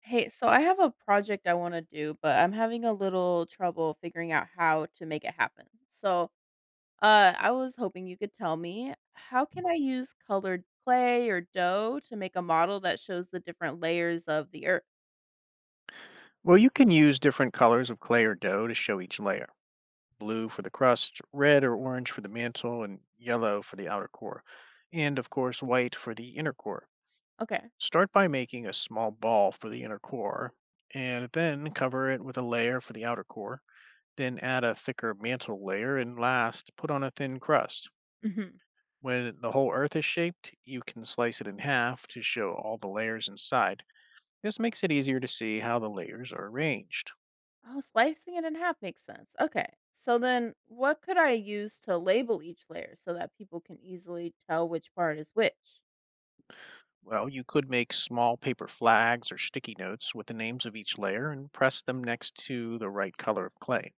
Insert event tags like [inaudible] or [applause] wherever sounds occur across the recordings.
Hey, so I have a project I want to do, but I'm having a little trouble figuring out how to make it happen. I was hoping you could tell me, how can I use colored clay or dough to make a model that shows the different layers of the earth? Well, you can use different colors of clay or dough to show each layer. Blue for the crust, red or orange for the mantle, and yellow for the outer core. And of course, white for the inner core. Okay. Start by making a small ball for the inner core and then cover it with a layer for the outer core. Then add a thicker mantle layer and last put on a thin crust. hmm When the whole earth is shaped, you can slice it in half to show all the layers inside. This makes it easier to see how the layers are arranged. Oh, slicing it in half makes sense. Okay. So then, what could I use to label each layer so that people can easily tell which part is which? Well, you could make small paper flags or sticky notes with the names of each layer and press them next to the right color of clay.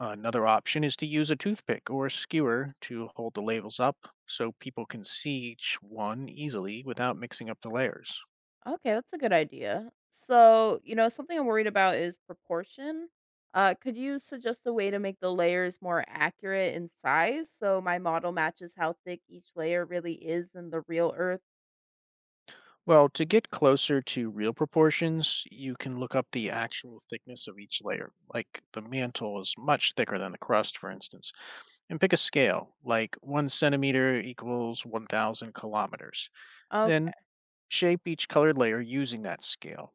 Another option is to use a toothpick or skewer to hold the labels up so people can see each one easily without mixing up the layers. Okay, that's a good idea. So, you know, something I'm worried about is proportion. Could you suggest a way to make the layers more accurate in size so my model matches how thick each layer really is in the real Earth? Well, to get closer to real proportions, you can look up the actual thickness of each layer. Like the mantle is much thicker than the crust, for instance, and pick a scale, like one centimeter equals 1,000 kilometers. Okay. Then shape each colored layer using that scale.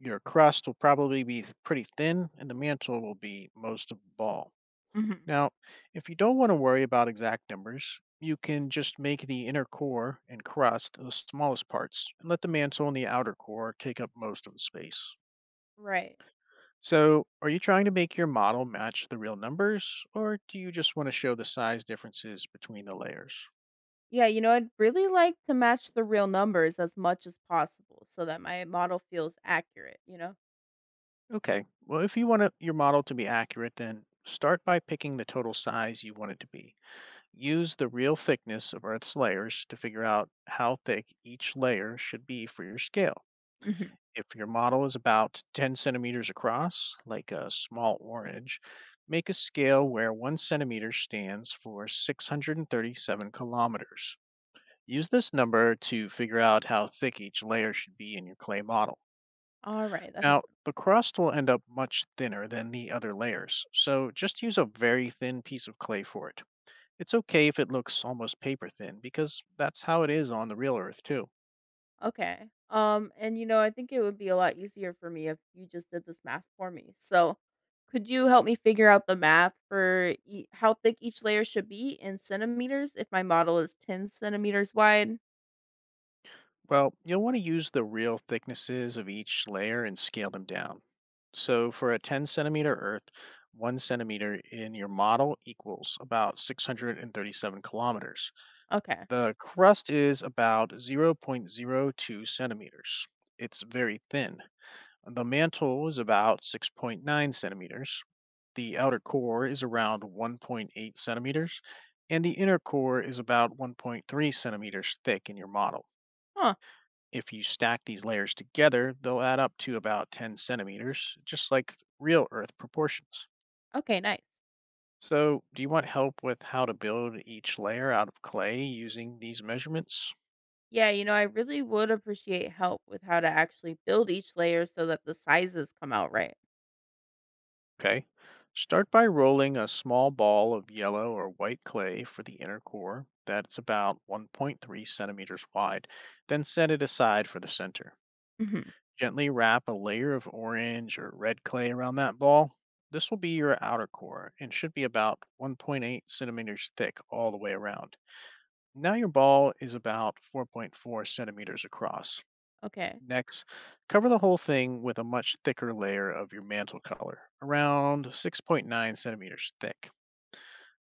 Your crust will probably be pretty thin, and the mantle will be most of the ball. mhm, Now, if you don't want to worry about exact numbers, you can just make the inner core and crust the smallest parts and let the mantle and the outer core take up most of the space. Right. So, are you trying to make your model match the real numbers, or do you just want to show the size differences between the layers? Yeah, you know, I'd really like to match the real numbers as much as possible so that my model feels accurate? Okay, well, if your model to be accurate, then start by picking the total size you want it to be. Use the real thickness of Earth's layers to figure out how thick each layer should be for your scale. Mhm. If your model is about 10 centimeters across, like a small orange, make a scale where 1 centimeter stands for 637 kilometers. Use this number to figure out how thick each layer should be in your clay model. All right. That Now, the crust will end up much thinner than the other layers, so just use a very thin piece of clay for it. It's okay if it looks almost paper thin, because that's how it is on the real Earth, too. Okay. And you know, I think it would be a lot easier for me if you just did this math for me. So, could you help me figure out the math for how thick each layer should be in centimeters if my model is 10 centimeters wide? Well, you'll want to use the real thicknesses of each layer and scale them down. So for a 10 centimeter earth, one centimeter in your model equals about 637 kilometers. Okay. The crust is about zero point zero 0.02 centimeters. It's very thin. The mantle is about 6.9 centimeters. The outer core is around 1.8 centimeters. And the inner core is about 1.3 centimeters thick in your model. Huh. If you stack these layers together, they'll add up to about 10 centimeters, just like real Earth proportions. Okay, nice. So, do you want help with how to build each layer out of clay using these measurements? Yeah, you know, I really would appreciate help with how to actually build each layer so that the sizes come out right. Okay. Start by rolling a small ball of yellow or white clay for the inner core that's about 1.3 centimeters wide, then set it aside for the center. hmm Gently wrap a layer of orange or red clay around that ball. This will be your outer core and should be about 1.8 centimeters thick all the way around. Now your ball is about 4.4 centimeters across. Okay. Next, cover the whole thing with a much thicker layer of your mantle color, around 6.9 centimeters thick.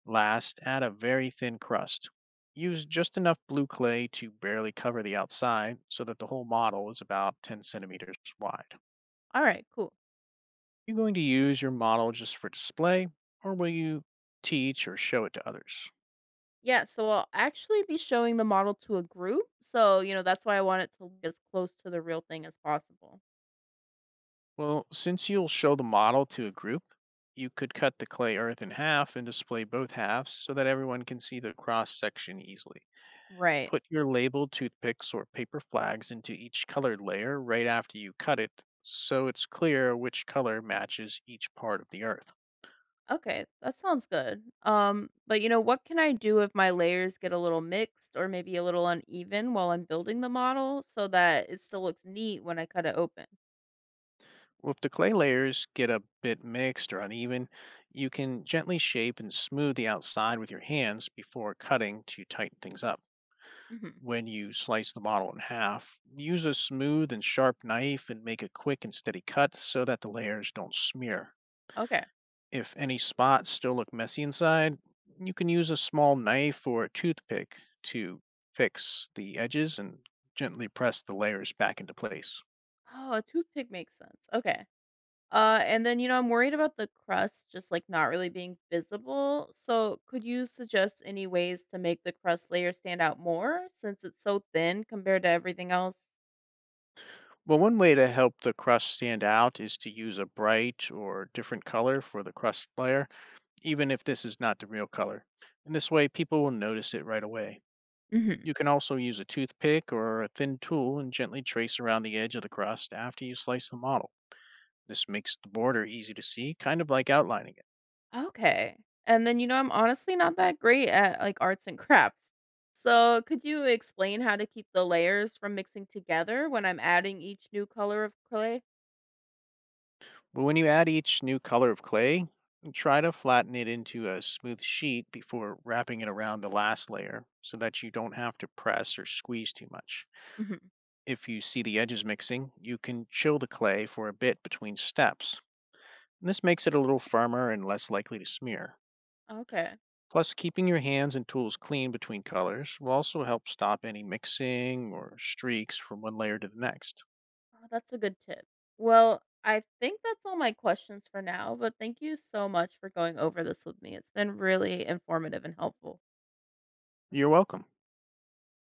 Last, add a very thin crust. Use just enough blue clay to barely cover the outside so that the whole model is about 10 centimeters wide. All right, cool. You going to use your model just for display, or will you teach or show it to others? Yeah, so I'll actually be showing the model to a group. So, you know, that's why I want it to look as close to the real thing as possible. Well, since you'll show the model to a group, you could cut the clay earth in half and display both halves so that everyone can see the cross section easily. Right. Put your labeled toothpicks or paper flags into each colored layer right after you cut it so it's clear which color matches each part of the earth. Okay, that sounds good. But you know, what can I do if my layers get a little mixed or maybe a little uneven while I'm building the model so that it still looks neat when I cut it open? Well, if the clay layers get a bit mixed or uneven, you can gently shape and smooth the outside with your hands before cutting to tighten things up. hmm When you slice the bottle in half, use a smooth and sharp knife and make a quick and steady cut so that the layers don't smear. Okay. If any spots still look messy inside, you can use a small knife or a toothpick to fix the edges and gently press the layers back into place. Oh, a toothpick makes sense. Okay. And then, you know, I'm worried about the crust just like not really being visible. So, could you suggest any ways to make the crust layer stand out more since it's so thin compared to everything else? Well, one way to help the crust stand out is to use a bright or different color for the crust layer, even if this is not the real color. And this way, people will notice it right away. hmm You can also use a toothpick or a thin tool and gently trace around the edge of the crust after you slice the model. This makes the border easy to see, kind of like outlining it. Okay. And then, you know, I'm honestly not that great at like arts and [laughs] crafts. So, could you explain how to keep the layers from mixing together when I'm adding each new color of clay? But when you add each new color of clay, try to flatten it into a smooth sheet before wrapping it around the last layer so that you don't have to press or squeeze too much. hmm If you see the edges mixing, you can chill the clay for a bit between steps. This makes it a little firmer and less likely to smear. Okay. Plus, keeping your hands and tools clean between colors will also help stop any mixing or streaks from one layer to the next. Oh, that's a good tip. Well, I think that's all my questions for now, but thank you so much for going over this with me. It's been really informative and helpful. You're welcome.